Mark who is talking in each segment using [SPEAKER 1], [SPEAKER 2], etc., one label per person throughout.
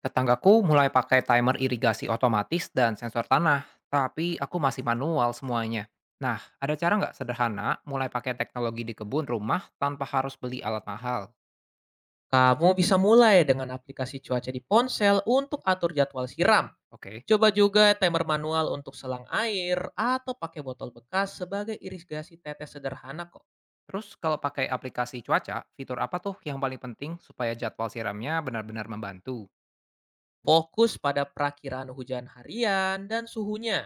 [SPEAKER 1] Tetanggaku mulai pakai timer irigasi otomatis dan sensor tanah, tapi aku masih manual semuanya. Nah, ada cara nggak sederhana mulai pakai teknologi di kebun rumah tanpa harus beli alat mahal?
[SPEAKER 2] Kamu bisa mulai dengan aplikasi cuaca di ponsel untuk atur jadwal siram.
[SPEAKER 1] Oke.
[SPEAKER 2] Coba juga timer manual untuk selang air atau pakai botol bekas sebagai irigasi tetes sederhana kok.
[SPEAKER 1] Terus kalau pakai aplikasi cuaca, fitur apa tuh yang paling penting supaya jadwal siramnya benar-benar membantu?
[SPEAKER 2] Fokus pada perakiraan hujan harian dan suhunya.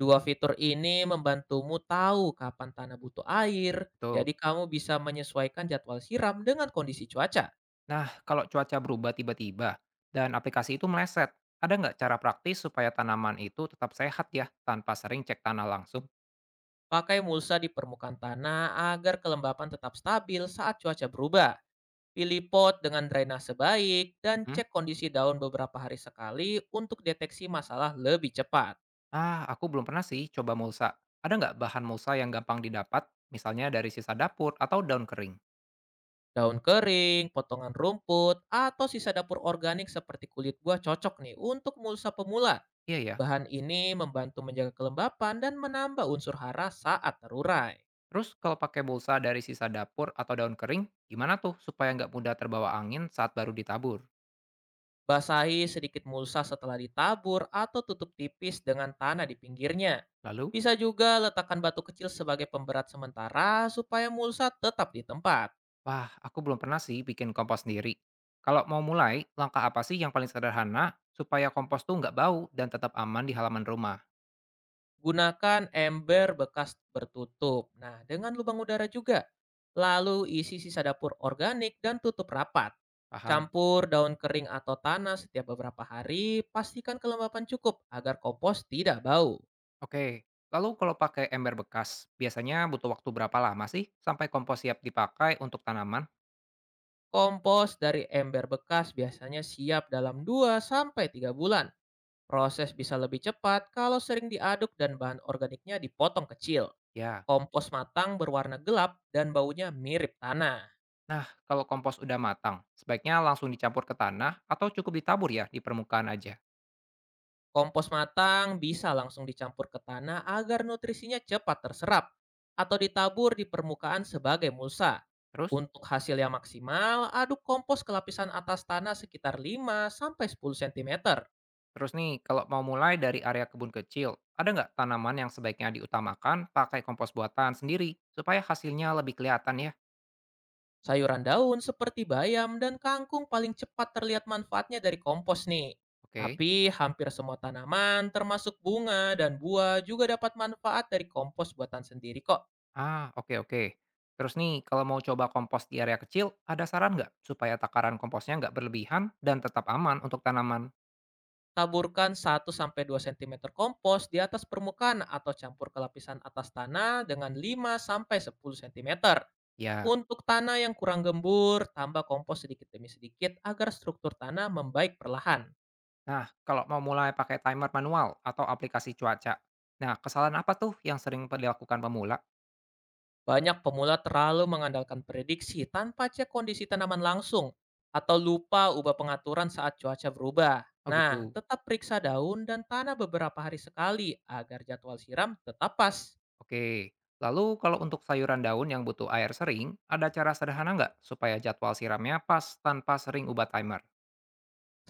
[SPEAKER 2] Dua fitur ini membantumu tahu kapan tanah butuh air,
[SPEAKER 1] Tuh.
[SPEAKER 2] jadi kamu bisa menyesuaikan jadwal siram dengan kondisi cuaca.
[SPEAKER 1] Nah, kalau cuaca berubah tiba-tiba dan aplikasi itu meleset, ada nggak cara praktis supaya tanaman itu tetap sehat ya tanpa sering cek tanah langsung?
[SPEAKER 2] Pakai mulsa di permukaan tanah agar kelembapan tetap stabil saat cuaca berubah. Pilih pot dengan drainase baik dan
[SPEAKER 1] Hmm?
[SPEAKER 2] cek kondisi daun beberapa hari sekali untuk deteksi masalah lebih cepat.
[SPEAKER 1] Ah, aku belum pernah sih coba mulsa. Ada nggak bahan mulsa yang gampang didapat, misalnya dari sisa dapur atau daun kering?
[SPEAKER 2] Daun kering, potongan rumput, atau sisa dapur organik seperti kulit buah cocok nih untuk mulsa pemula.
[SPEAKER 1] Iya ya.
[SPEAKER 2] Bahan ini membantu menjaga kelembapan dan menambah unsur hara saat terurai.
[SPEAKER 1] Terus kalau pakai mulsa dari sisa dapur atau daun kering, gimana tuh supaya nggak mudah terbawa angin saat baru ditabur?
[SPEAKER 2] Basahi sedikit mulsa setelah ditabur atau tutup tipis dengan tanah di pinggirnya.
[SPEAKER 1] Lalu,
[SPEAKER 2] Bisa juga letakkan batu kecil sebagai pemberat sementara supaya mulsa tetap di tempat.
[SPEAKER 1] wah, aku belum pernah sih bikin kompos sendiri. Kalau mau mulai, langkah apa sih yang paling sederhana supaya kompos tuh nggak bau dan tetap aman di halaman rumah?
[SPEAKER 2] Gunakan ember bekas bertutup. Nah, dengan lubang udara juga. Lalu isi sisa dapur organik dan tutup rapat.
[SPEAKER 1] Paham.
[SPEAKER 2] Campur daun kering atau tanah setiap beberapa hari, pastikan kelembapan cukup agar kompos tidak bau.
[SPEAKER 1] Oke. Lalu kalau pakai ember bekas, biasanya butuh waktu berapa lama sih sampai kompos siap dipakai untuk tanaman?
[SPEAKER 2] Kompos dari ember bekas biasanya siap dalam 2 sampai 3 bulan. Proses bisa lebih cepat kalau sering diaduk dan bahan organiknya dipotong kecil.
[SPEAKER 1] Ya.
[SPEAKER 2] Kompos matang berwarna gelap dan baunya mirip tanah.
[SPEAKER 1] Nah, kalau kompos udah matang, sebaiknya langsung dicampur ke tanah atau cukup ditabur ya di permukaan aja.
[SPEAKER 2] Kompos matang bisa langsung dicampur ke tanah agar nutrisinya cepat terserap atau ditabur di permukaan sebagai mulsa.
[SPEAKER 1] Terus,
[SPEAKER 2] Untuk hasil yang maksimal, aduk kompos ke lapisan atas tanah sekitar 5-10 cm.
[SPEAKER 1] terus nih, kalau mau mulai dari area kebun kecil, ada nggak tanaman yang sebaiknya diutamakan pakai kompos buatan sendiri supaya hasilnya lebih kelihatan ya?
[SPEAKER 2] Sayuran daun seperti bayam dan kangkung paling cepat terlihat manfaatnya dari kompos nih.
[SPEAKER 1] Oke.
[SPEAKER 2] Tapi hampir semua tanaman, termasuk bunga dan buah, juga dapat manfaat dari kompos buatan sendiri kok.
[SPEAKER 1] Ah, oke oke. Terus nih, kalau mau coba kompos di area kecil, ada saran nggak supaya takaran komposnya nggak berlebihan dan tetap aman untuk tanaman?
[SPEAKER 2] Taburkan 1-2 cm kompos di atas permukaan atau campur ke lapisan atas tanah dengan 5-10 cm.
[SPEAKER 1] Ya.
[SPEAKER 2] Untuk tanah yang kurang gembur, tambah kompos sedikit demi sedikit agar struktur tanah membaik perlahan.
[SPEAKER 1] Nah, kalau mau mulai pakai timer manual atau aplikasi cuaca, nah kesalahan apa tuh yang sering dilakukan pemula.
[SPEAKER 2] Banyak pemula terlalu mengandalkan prediksi tanpa cek kondisi tanaman langsung atau lupa ubah pengaturan saat cuaca berubah.
[SPEAKER 1] Oh
[SPEAKER 2] Nah,
[SPEAKER 1] gitu.
[SPEAKER 2] tetap periksa daun dan tanah beberapa hari sekali agar jadwal siram tetap pas.
[SPEAKER 1] Oke. Lalu kalau untuk sayuran daun yang butuh air sering, ada cara sederhana nggak supaya jadwal siramnya pas tanpa sering ubah timer?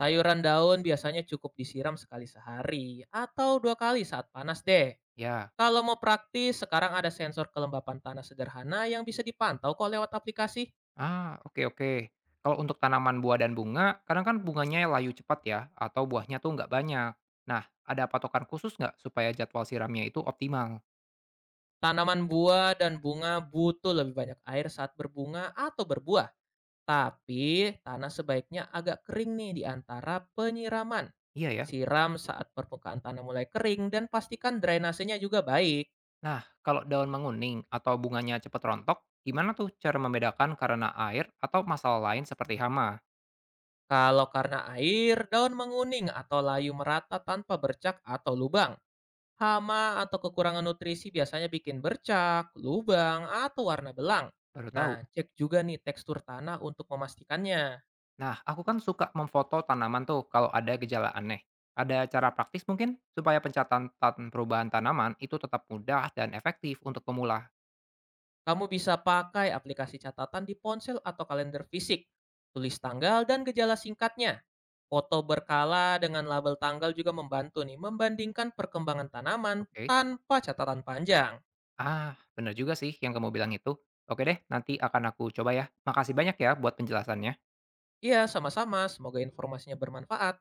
[SPEAKER 2] Sayuran daun biasanya cukup disiram sekali sehari atau dua kali saat panas deh.
[SPEAKER 1] Ya.
[SPEAKER 2] Kalau mau praktis, sekarang ada sensor kelembapan tanah sederhana yang bisa dipantau kok lewat aplikasi.
[SPEAKER 1] Ah, oke oke. Kalau untuk tanaman buah dan bunga, kadang kan bunganya layu cepat ya, atau buahnya tuh nggak banyak. Nah, ada patokan khusus nggak supaya jadwal siramnya itu optimal?
[SPEAKER 2] Tanaman buah dan bunga butuh lebih banyak air saat berbunga atau berbuah. Tapi tanah sebaiknya agak kering nih di antara penyiraman.
[SPEAKER 1] Iya ya.
[SPEAKER 2] Siram saat permukaan tanah mulai kering dan pastikan drainasenya juga baik.
[SPEAKER 1] Nah, kalau daun menguning atau bunganya cepat rontok, gimana tuh cara membedakan karena air atau masalah lain seperti hama?
[SPEAKER 2] Kalau karena air, daun menguning atau layu merata tanpa bercak atau lubang. Hama atau kekurangan nutrisi biasanya bikin bercak, lubang, atau warna belang.
[SPEAKER 1] Baru
[SPEAKER 2] Nah,
[SPEAKER 1] tahu.
[SPEAKER 2] cek juga nih tekstur tanah untuk memastikannya.
[SPEAKER 1] Nah, aku kan suka memfoto tanaman tuh kalau ada gejala aneh. Ada cara praktis mungkin supaya pencatatan perubahan tanaman itu tetap mudah dan efektif untuk pemula.
[SPEAKER 2] Kamu bisa pakai aplikasi catatan di ponsel atau kalender fisik. Tulis tanggal dan gejala singkatnya. Foto berkala dengan label tanggal juga membantu nih membandingkan perkembangan tanaman
[SPEAKER 1] Oke.
[SPEAKER 2] tanpa catatan panjang.
[SPEAKER 1] Ah, bener juga sih yang kamu bilang itu. Oke deh, nanti akan aku coba ya. Makasih banyak ya buat penjelasannya.
[SPEAKER 2] Iya, sama-sama. Semoga informasinya bermanfaat.